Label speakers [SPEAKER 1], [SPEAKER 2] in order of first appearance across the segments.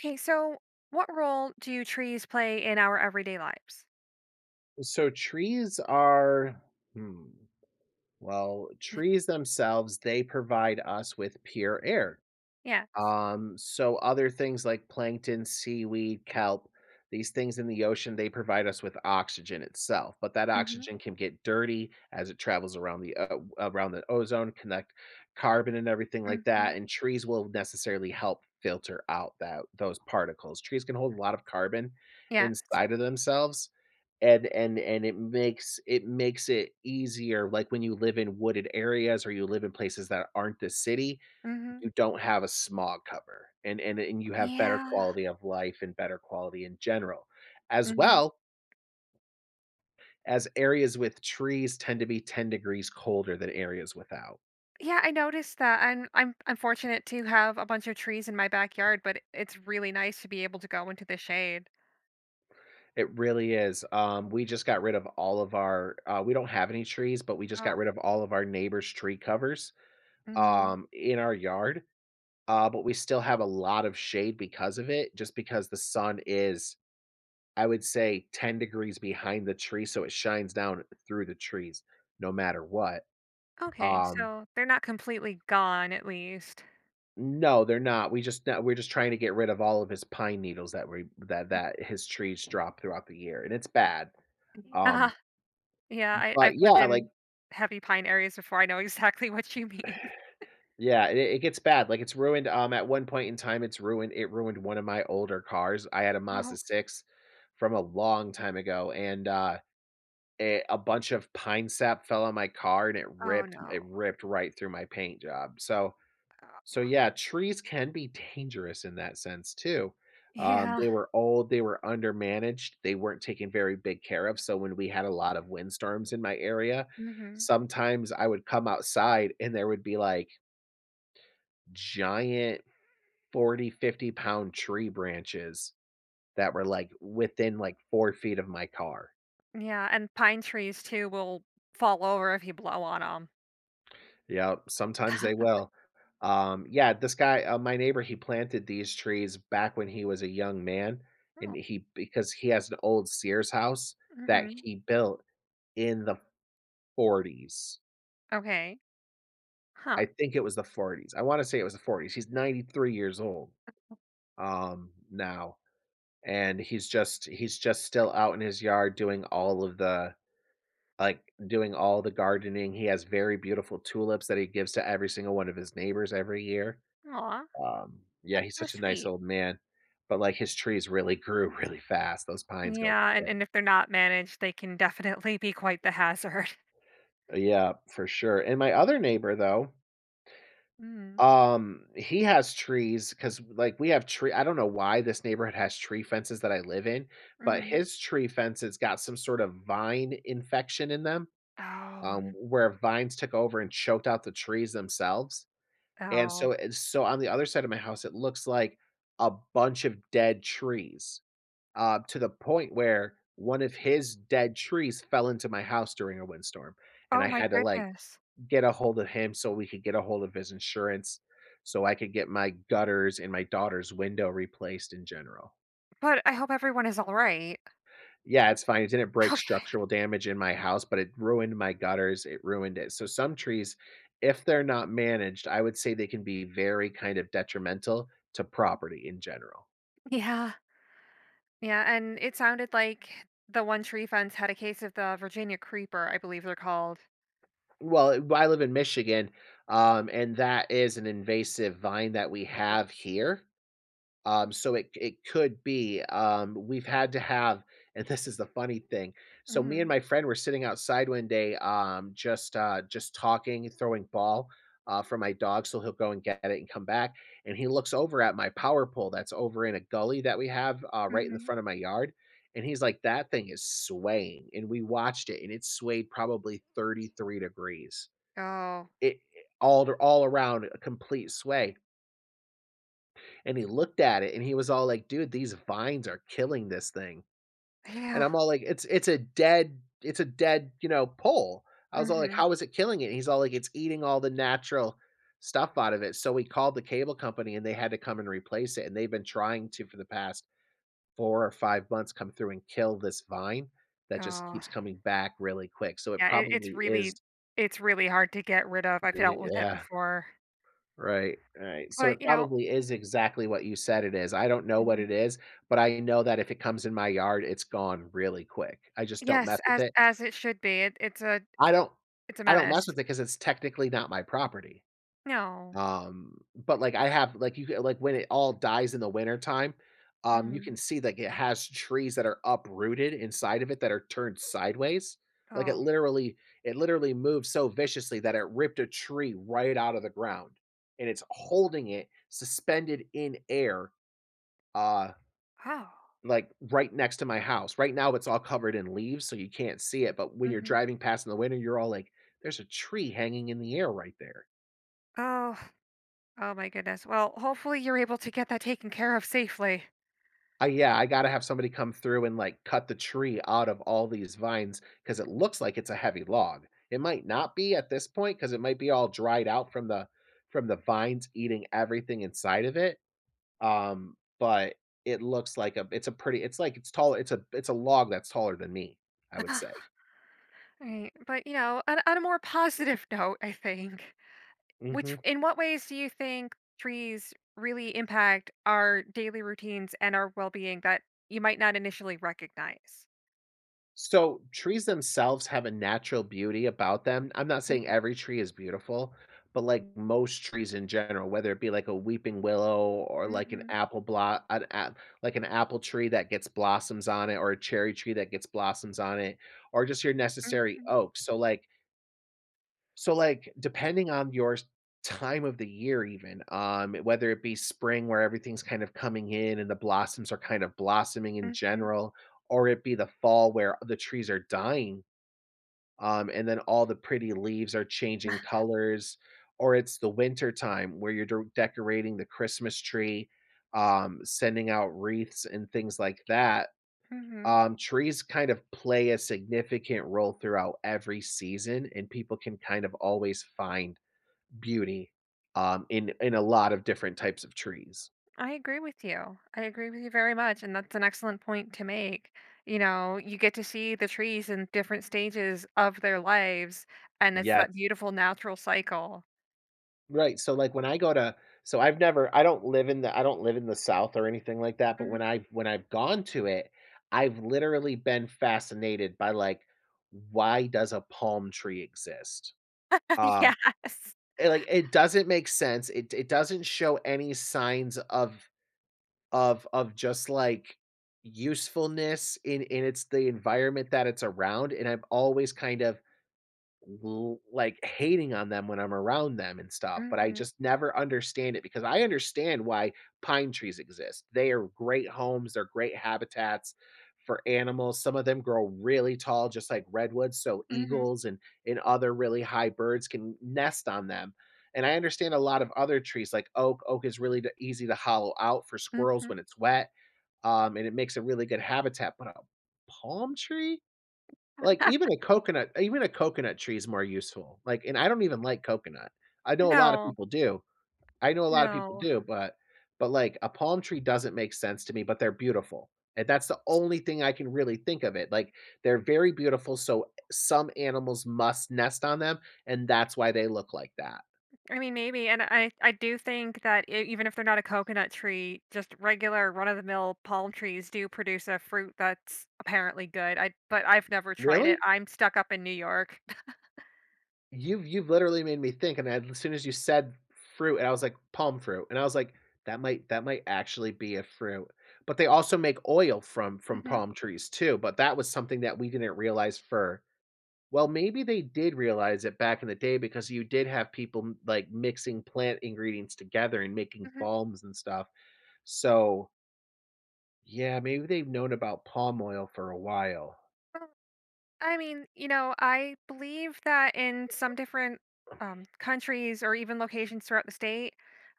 [SPEAKER 1] Okay, so what role do trees play in our everyday lives?
[SPEAKER 2] So trees are, hmm, well, trees themselves, they provide us with pure air.
[SPEAKER 1] Yes.
[SPEAKER 2] So other things like plankton, seaweed, kelp, these things in the ocean, they provide us with oxygen itself, but that
[SPEAKER 1] Mhm.
[SPEAKER 2] oxygen can get dirty as it travels around the ozone, connect carbon and everything like
[SPEAKER 1] Mhm.
[SPEAKER 2] that, and trees will necessarily help filter out that those particles. Trees can hold a lot of carbon
[SPEAKER 1] Yes.
[SPEAKER 2] inside of themselves. And it makes it easier, like when you live in wooded areas or you live in places that aren't the city,
[SPEAKER 1] Mhm.
[SPEAKER 2] you don't have a smog cover, and you have better
[SPEAKER 1] Yeah.
[SPEAKER 2] quality of life and better quality in general, as
[SPEAKER 1] Mhm.
[SPEAKER 2] well as areas with trees tend to be 10 degrees colder than areas without.
[SPEAKER 1] Yeah, I noticed that. I'm fortunate to have a bunch of trees in my backyard, but it's really nice to be able to go into the shade.
[SPEAKER 2] It really is. We just got rid of all of our we don't have any trees, but we just got
[SPEAKER 1] Oh.
[SPEAKER 2] rid of all of our neighbors' tree covers
[SPEAKER 1] Mhm.
[SPEAKER 2] in our yard. But we still have a lot of shade because of it, just because the sun is, I would say, 10 degrees behind the tree, so it shines down through the trees no matter what.
[SPEAKER 1] Okay,
[SPEAKER 2] Um,
[SPEAKER 1] so they're not completely gone at least.
[SPEAKER 2] no, they're not. We just no, we're just trying to get rid of all of his pine needles that we that that his trees drop throughout the year, and it's bad.
[SPEAKER 1] uh
[SPEAKER 2] Um,
[SPEAKER 1] Yeah, I
[SPEAKER 2] but
[SPEAKER 1] I've
[SPEAKER 2] yeah,
[SPEAKER 1] lived
[SPEAKER 2] like
[SPEAKER 1] in heavy pine areas before. I know exactly what you mean.
[SPEAKER 2] yeah, it gets bad. Like, it's ruined. At one point in time, it's ruined. It ruined one of my older cars. I had a Mazda
[SPEAKER 1] Oh,
[SPEAKER 2] six from a long time ago, and a bunch of pine sap fell on my car and
[SPEAKER 1] oh
[SPEAKER 2] it
[SPEAKER 1] no.
[SPEAKER 2] ripped right through my paint job. So
[SPEAKER 1] Uh,
[SPEAKER 2] so yeah, trees can be dangerous in that sense too.
[SPEAKER 1] yeah.
[SPEAKER 2] They were old, they were undermanaged, they weren't taken very big care of. So when we had a lot of windstorms in my area,
[SPEAKER 1] Mhm.
[SPEAKER 2] sometimes I would come outside and there would be like giant 40, 50 pound tree branches that were like within like 4 feet of my car.
[SPEAKER 1] Yeah, and pine trees too will fall over if you blow on them.
[SPEAKER 2] Yeah, sometimes they will. Yeah, this guy, my neighbor, he planted these trees back when he was a young man, and
[SPEAKER 1] Oh,
[SPEAKER 2] he because he has an old Sears house that
[SPEAKER 1] mhm.
[SPEAKER 2] he built in the 40s.
[SPEAKER 1] Okay. Huh.
[SPEAKER 2] I think it was the 40s. I wanna say it was the 40s. He's 93 years old, now, and he's just still out in his yard doing all of the, like, doing all the gardening. He has very beautiful tulips that he gives to every single one of his neighbors every year.
[SPEAKER 1] Aw,
[SPEAKER 2] Yeah,
[SPEAKER 1] that's
[SPEAKER 2] he's
[SPEAKER 1] so
[SPEAKER 2] such a nice
[SPEAKER 1] sweet.
[SPEAKER 2] old man, but, like, his trees really grew really fast, those pines go
[SPEAKER 1] Yeah, and,
[SPEAKER 2] quick.
[SPEAKER 1] and if they're not managed, they can definitely be quite the hazard.
[SPEAKER 2] Yeah, for sure, and my other neighbor, though,
[SPEAKER 1] Mm,
[SPEAKER 2] he has trees because, like, we have tree I don't know why this neighborhood has tree fences that I live in, but
[SPEAKER 1] mm.
[SPEAKER 2] his tree fences got some sort of vine infection in them,
[SPEAKER 1] Oh,
[SPEAKER 2] where vines took over and choked out the trees themselves, and
[SPEAKER 1] oh,
[SPEAKER 2] so on the other side of my house, it looks like a bunch of dead trees. To the point where one of his dead trees fell into my house during a windstorm, and
[SPEAKER 1] oh
[SPEAKER 2] I
[SPEAKER 1] my
[SPEAKER 2] had to, like,
[SPEAKER 1] goodness.
[SPEAKER 2] get a hold of him so we could get a hold of his insurance, so I could get my gutters and my daughter's window replaced in general.
[SPEAKER 1] But I hope everyone is all right.
[SPEAKER 2] Yeah, it's fine. It didn't break
[SPEAKER 1] Okay.
[SPEAKER 2] structural damage in my house, but it ruined my gutters. It ruined it. So some trees, if they're not managed, I would say they can be very kind of detrimental to property in general.
[SPEAKER 1] Yeah, yeah, and it sounded like the one tree fence had a case of the Virginia creeper, I believe they're called.
[SPEAKER 2] Well, I live in Michigan, and that is an invasive vine that we
[SPEAKER 1] Yeah.
[SPEAKER 2] have here. So it could be, we've had to have and this is the funny thing. So me and
[SPEAKER 1] Mm,
[SPEAKER 2] my friend were sitting outside one day, just talking, throwing ball, for my dog, so he'll go and get it and come back, and he looks over at my power pole that's over in a gully that we have, right in the
[SPEAKER 1] hmm.
[SPEAKER 2] front of my yard, and he's like, "That thing is swaying," and we watched it, and it swayed probably 33 degrees.
[SPEAKER 1] Oh,
[SPEAKER 2] It all around a complete sway, and he looked at it and he was all like, "Dude, these vines are killing this thing." And
[SPEAKER 1] yeah.
[SPEAKER 2] I'm all like, "It's a dead, pole." I was all like,
[SPEAKER 1] Hmm.
[SPEAKER 2] "How is it killing it?" And he's all like, "It's eating all the natural stuff out of it." So we called the cable company and they had to come and replace it, and they've been trying to for the past 4 or 5 months come through and kill this vine that just
[SPEAKER 1] Oh,
[SPEAKER 2] keeps coming back really quick. So it
[SPEAKER 1] yeah, it's
[SPEAKER 2] probably is
[SPEAKER 1] really it's really hard to get rid of. I've dealt with it
[SPEAKER 2] Yeah.
[SPEAKER 1] before.
[SPEAKER 2] Right. So it
[SPEAKER 1] But,
[SPEAKER 2] probably is exactly what you said it is. I don't know what it
[SPEAKER 1] Mhm.
[SPEAKER 2] is, but I know that if it comes in my yard, it's gone really quick. I just don't mess
[SPEAKER 1] Yes,
[SPEAKER 2] with
[SPEAKER 1] as
[SPEAKER 2] it.
[SPEAKER 1] as it should be. It's a
[SPEAKER 2] I don't
[SPEAKER 1] it's a
[SPEAKER 2] I don't mess with it
[SPEAKER 1] menace.
[SPEAKER 2] because it's technically not my property.
[SPEAKER 1] No.
[SPEAKER 2] But, like, you can- like, when it all dies in the wintertime, you can
[SPEAKER 1] Mhm.
[SPEAKER 2] see, like, it has trees that are uprooted inside of it that are turned sideways. Like,
[SPEAKER 1] Oh.
[SPEAKER 2] it literally moved so viciously that it ripped a tree right out of the ground, and it's holding it suspended in air, uh,
[SPEAKER 1] Oh.
[SPEAKER 2] like, right next to my house. Right now, it's all covered in leaves, so you can't see it, but when you're
[SPEAKER 1] Mhm.
[SPEAKER 2] driving past in the winter, you're all like, "There's a tree hanging in the air right there."
[SPEAKER 1] Oh. Oh my goodness. Well, hopefully you're able to get that taken care of safely.
[SPEAKER 2] I yeah, I gotta have somebody come through and, like, cut the tree out of all these vines because it looks like it's a heavy log. It might not be at this point because it might be all dried out from the vines eating everything inside of it, but it looks like a it's a pretty it's taller. It's a log that's taller than me, I would say.
[SPEAKER 1] Right, but, you know, on a more positive note, I think which
[SPEAKER 2] Mhm.
[SPEAKER 1] in what ways do you think trees really impact our daily routines and our well-being that you might not initially recognize?
[SPEAKER 2] So, trees themselves have a natural beauty about them. I'm not saying
[SPEAKER 1] Mhm,
[SPEAKER 2] every tree is beautiful, but like most trees in general, whether it be like a weeping willow or
[SPEAKER 1] mhm,
[SPEAKER 2] like an apple tree that gets blossoms on it or a cherry tree that gets blossoms on it, or just your necessary
[SPEAKER 1] mhm,
[SPEAKER 2] oak. So, like, depending on your time of the year, even whether it be spring where everything's kind of coming in and the blossoms are kind of blossoming in
[SPEAKER 1] mhm,
[SPEAKER 2] general, or it be the fall where the trees are dying, and then all the pretty leaves are changing colors, or it's the winter time where you're decorating the Christmas tree, sending out wreaths and things like that.
[SPEAKER 1] mhm.
[SPEAKER 2] Trees kind of play a significant role throughout every season, and people can kind of always find beauty, in a lot of different types of trees.
[SPEAKER 1] I agree with you. I agree with you very much, and that's an excellent point to make. You know, you get to see the trees in different stages of their lives, and it's that
[SPEAKER 2] Yes.
[SPEAKER 1] beautiful natural cycle.
[SPEAKER 2] Right, so, like, when I go to I've never I don't live in the South or anything like that, but
[SPEAKER 1] Mhm.
[SPEAKER 2] when I've gone to it, I've literally been fascinated by, like, why does a palm tree exist? Uh,
[SPEAKER 1] Yes.
[SPEAKER 2] and, like, it doesn't make sense, it doesn't show any signs of just, like, usefulness in its the environment that it's around, and I've always kind of l like, hating on them when I'm around them and stuff, but I
[SPEAKER 1] Mhm,
[SPEAKER 2] just never understand it because I understand why pine trees exist. They are great homes, they're great habitats for animals. Some of them grow really tall, just like redwoods, so
[SPEAKER 1] mhm,
[SPEAKER 2] eagles and other really high birds can nest on them, and I understand a lot of other trees like oak. Oak is really d easy to hollow out for squirrels
[SPEAKER 1] mhm.
[SPEAKER 2] when it's wet, and it makes a really good habitat, but a palm tree? Like, even a coconut tree is more useful, like and I don't even like coconut. I know a lot of
[SPEAKER 1] No,
[SPEAKER 2] people do. I know a lot of people
[SPEAKER 1] no.
[SPEAKER 2] do, but like, a palm tree doesn't make sense to me, but they're beautiful, and that's the only thing I can really think of it, like, they're very beautiful, so some animals must nest on them, and that's why they look like that.
[SPEAKER 1] I mean, maybe, and I do think that e even if they're not a coconut tree, just regular run-of-the-mill palm trees do produce a fruit that's apparently good. I But I've never tried it.
[SPEAKER 2] Really?
[SPEAKER 1] I'm stuck up in New York.
[SPEAKER 2] You've literally made me think, and I, as soon as you said fruit, and I was like, "Palm fruit," and I was like, "That might actually be a fruit." But they also make oil from
[SPEAKER 1] Mhm,
[SPEAKER 2] palm trees too, but that was something that we didn't realize for well, maybe they did realize it back in the day because you did have people m like mixing plant ingredients together and making
[SPEAKER 1] mhm.
[SPEAKER 2] balms and stuff. So, yeah, maybe they've known about palm oil for a while.
[SPEAKER 1] Well, I mean, you know, I believe that in some different, countries or even locations throughout the state,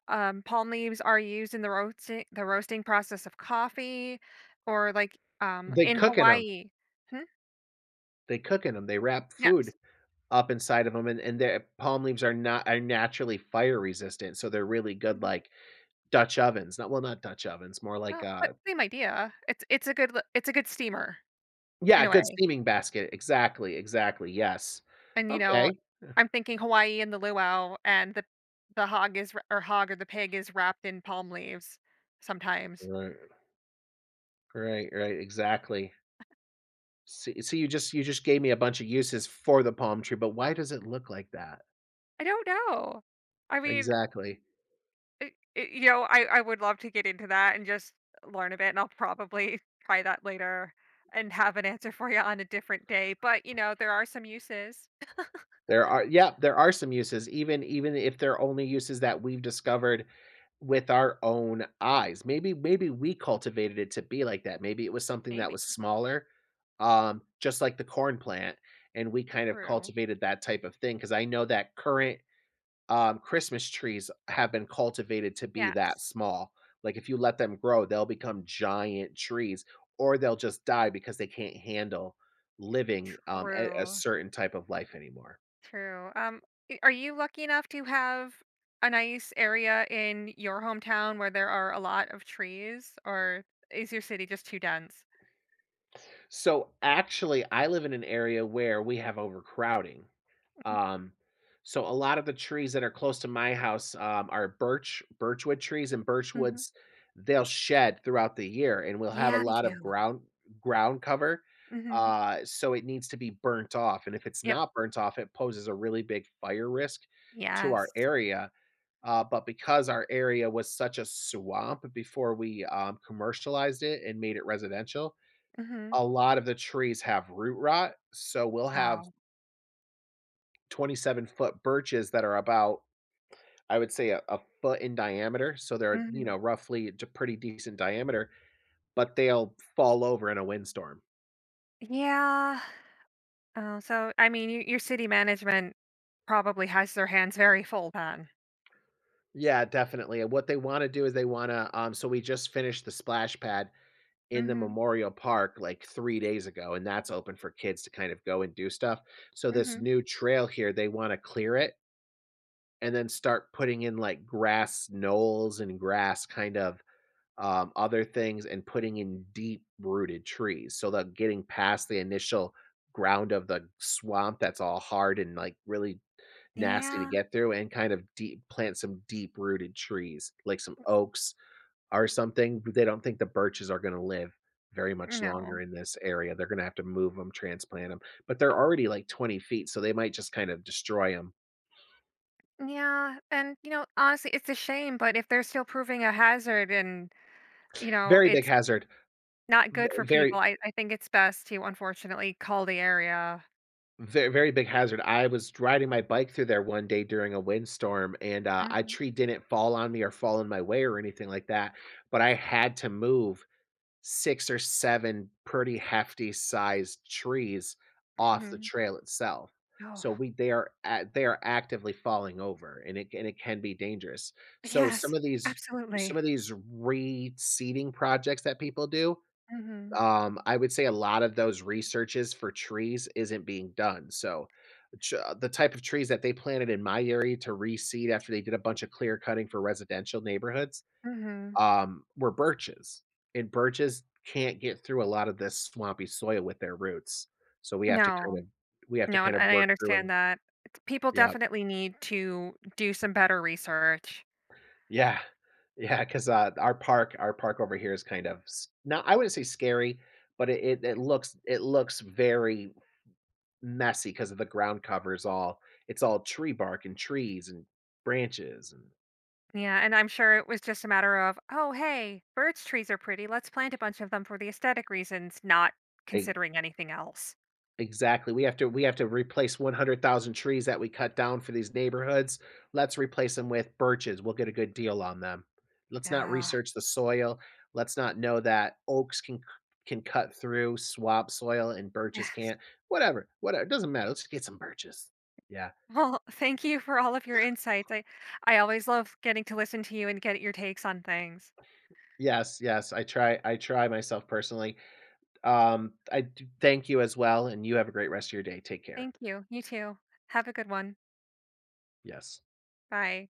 [SPEAKER 1] palm leaves are used in the roasting process of coffee or, like,
[SPEAKER 2] They
[SPEAKER 1] in
[SPEAKER 2] cook in them.
[SPEAKER 1] Hawaii. Hmm?
[SPEAKER 2] They cook in them. They wrap food
[SPEAKER 1] Yes.
[SPEAKER 2] up inside of them, and their palm leaves are not are naturally fire resistant, so they're really good
[SPEAKER 1] Mhm.
[SPEAKER 2] like dutch ovens, not dutch ovens, more like
[SPEAKER 1] Well, but same idea. It's a good l it's a good steamer
[SPEAKER 2] yeah,
[SPEAKER 1] in a
[SPEAKER 2] good
[SPEAKER 1] way,
[SPEAKER 2] steaming basket, exactly, exactly, yes,
[SPEAKER 1] and, you know,
[SPEAKER 2] okay,
[SPEAKER 1] I'm thinking Hawaii and the luau and the hog is wra or hog or the pig is wrapped in palm leaves sometimes.
[SPEAKER 2] right, right, right, exactly. So you just gave me a bunch of uses for the palm tree, but why does it look like that?
[SPEAKER 1] I don't know. I mean,
[SPEAKER 2] Exactly.
[SPEAKER 1] I I you know, I would love to get into that and just learn a bit, and I'll probably try that later and have an answer for you on a different day, but, you know, there are some uses.
[SPEAKER 2] There are, yeah, there are some uses, even if they're only uses that we've discovered with our own eyes. Maybe we cultivated it to be like that. Maybe it was something that
[SPEAKER 1] Maybe.
[SPEAKER 2] was smaller, just like the corn plant, and we kind of
[SPEAKER 1] True.
[SPEAKER 2] cultivated that type of thing. Because I know that current Christmas trees have been cultivated to be that
[SPEAKER 1] Yes,
[SPEAKER 2] small. Like, if you let them grow, they'll become giant trees, or they'll just die because they can't handle living a
[SPEAKER 1] true.
[SPEAKER 2] certain type of life anymore.
[SPEAKER 1] True. Are you lucky enough to have a nice area in your hometown where there are a lot of trees, or is your city just too dense?
[SPEAKER 2] So actually, I live in an area where we have overcrowding. Um, so a lot of the trees that are close to my house are birch, birchwood trees, and
[SPEAKER 1] Mm-hmm.
[SPEAKER 2] birchwoods, they'll shed throughout the year, and we'll have a
[SPEAKER 1] Yeah, they
[SPEAKER 2] lot of
[SPEAKER 1] do.
[SPEAKER 2] ground cover.
[SPEAKER 1] Mm-hmm.
[SPEAKER 2] So it needs to be burnt off, and if it's
[SPEAKER 1] Yep.
[SPEAKER 2] not burnt off, it poses a really big fire risk to our
[SPEAKER 1] Yes.
[SPEAKER 2] area. But because our area was such a swamp before we commercialized it and made it residential,
[SPEAKER 1] Mm-hmm.
[SPEAKER 2] a lot of the trees have root rot, so we'll have
[SPEAKER 1] Oh,
[SPEAKER 2] 27-foot birches that are about, I would say, a foot in diameter, so they're, you
[SPEAKER 1] mm-hmm.
[SPEAKER 2] know, roughly a pretty decent diameter, but they'll fall over in a windstorm.
[SPEAKER 1] Yeah. Oh, so I mean, your city management probably has their hands very full then.
[SPEAKER 2] Yeah, definitely, and what they wanna do is they wanna, we just finished the splash pad in the
[SPEAKER 1] Mm-hmm.
[SPEAKER 2] memorial park, like, 3 days ago, and that's open for kids to kind of go and do stuff. So this
[SPEAKER 1] Mm-hmm.
[SPEAKER 2] new trail here, they wanna clear it and then start putting in, like, grass knolls and grass kind of other things, and putting in deep rooted trees, so that getting past the initial ground of the swamp that's all hard and like really nasty to
[SPEAKER 1] Yeah.
[SPEAKER 2] get through, and kind of deep plant some deep rooted trees like some oaks or something. They don't think the birches are going to live very much longer
[SPEAKER 1] No.
[SPEAKER 2] in this area. They're going to have to move them, transplant them, but they're already like 20 feet, so they might just kind of destroy them.
[SPEAKER 1] Yeah, and you know, honestly, it's a shame, but if they're still proving a hazard and you know,
[SPEAKER 2] Very big
[SPEAKER 1] it's
[SPEAKER 2] hazard.
[SPEAKER 1] not good for people.
[SPEAKER 2] Very,
[SPEAKER 1] I think it's best to, unfortunately, call the area.
[SPEAKER 2] very, very big hazard. I was riding my bike through there one day during a windstorm, and a
[SPEAKER 1] Mhm,
[SPEAKER 2] tree didn't fall on me or fall in my way or anything like that. But I had to move six or seven pretty hefty sized trees off the
[SPEAKER 1] mhm.
[SPEAKER 2] trail itself.
[SPEAKER 1] Oh,
[SPEAKER 2] So we they are a- they are actively falling over, and it can be dangerous. So
[SPEAKER 1] yes,
[SPEAKER 2] some
[SPEAKER 1] absolutely.
[SPEAKER 2] of these reseeding projects that people do,
[SPEAKER 1] Mhm,
[SPEAKER 2] I would say a lot of those researches for trees isn't being done. So, the type of trees that they planted in my area to reseed after they did a bunch of clear cutting for residential neighborhoods,
[SPEAKER 1] mhm.
[SPEAKER 2] were birches, and birches can't get through a lot of this swampy soil with their roots. So we have to
[SPEAKER 1] No,
[SPEAKER 2] kind of, we have to
[SPEAKER 1] no,
[SPEAKER 2] kind of
[SPEAKER 1] and I
[SPEAKER 2] work through,
[SPEAKER 1] understand
[SPEAKER 2] and
[SPEAKER 1] that. It's people
[SPEAKER 2] yeah,
[SPEAKER 1] definitely need to do some better research.
[SPEAKER 2] yeah, yeah, because our park over here is kind of not, I wouldn't say scary, but it looks, it looks very messy because of the ground cover is all, it's all tree bark and trees and branches and
[SPEAKER 1] Yeah, and I'm sure it was just a matter of, "Oh, hey, birch trees are pretty. Let's plant a bunch of them for the aesthetic reasons," not
[SPEAKER 2] E
[SPEAKER 1] considering anything else.
[SPEAKER 2] exactly, we have to replace 100,000 trees that we cut down for these neighborhoods. Let's replace them with birches, we'll get a good deal on them. Let's not
[SPEAKER 1] Yeah,
[SPEAKER 2] research the soil, let's not know that oaks can c can cut through swamp soil and
[SPEAKER 1] yeah.
[SPEAKER 2] birches can't. Whatever, whatever, it doesn't matter, let's get some birches. Yeah.
[SPEAKER 1] Well, thank you for all of your insights. I always love getting to listen to you and get your takes on things.
[SPEAKER 2] Yes, yes, I try myself personally. I do thank you as well, and you have a great rest of your day. Take care.
[SPEAKER 1] Thank you. You too. Have a good one.
[SPEAKER 2] Yes.
[SPEAKER 1] Bye.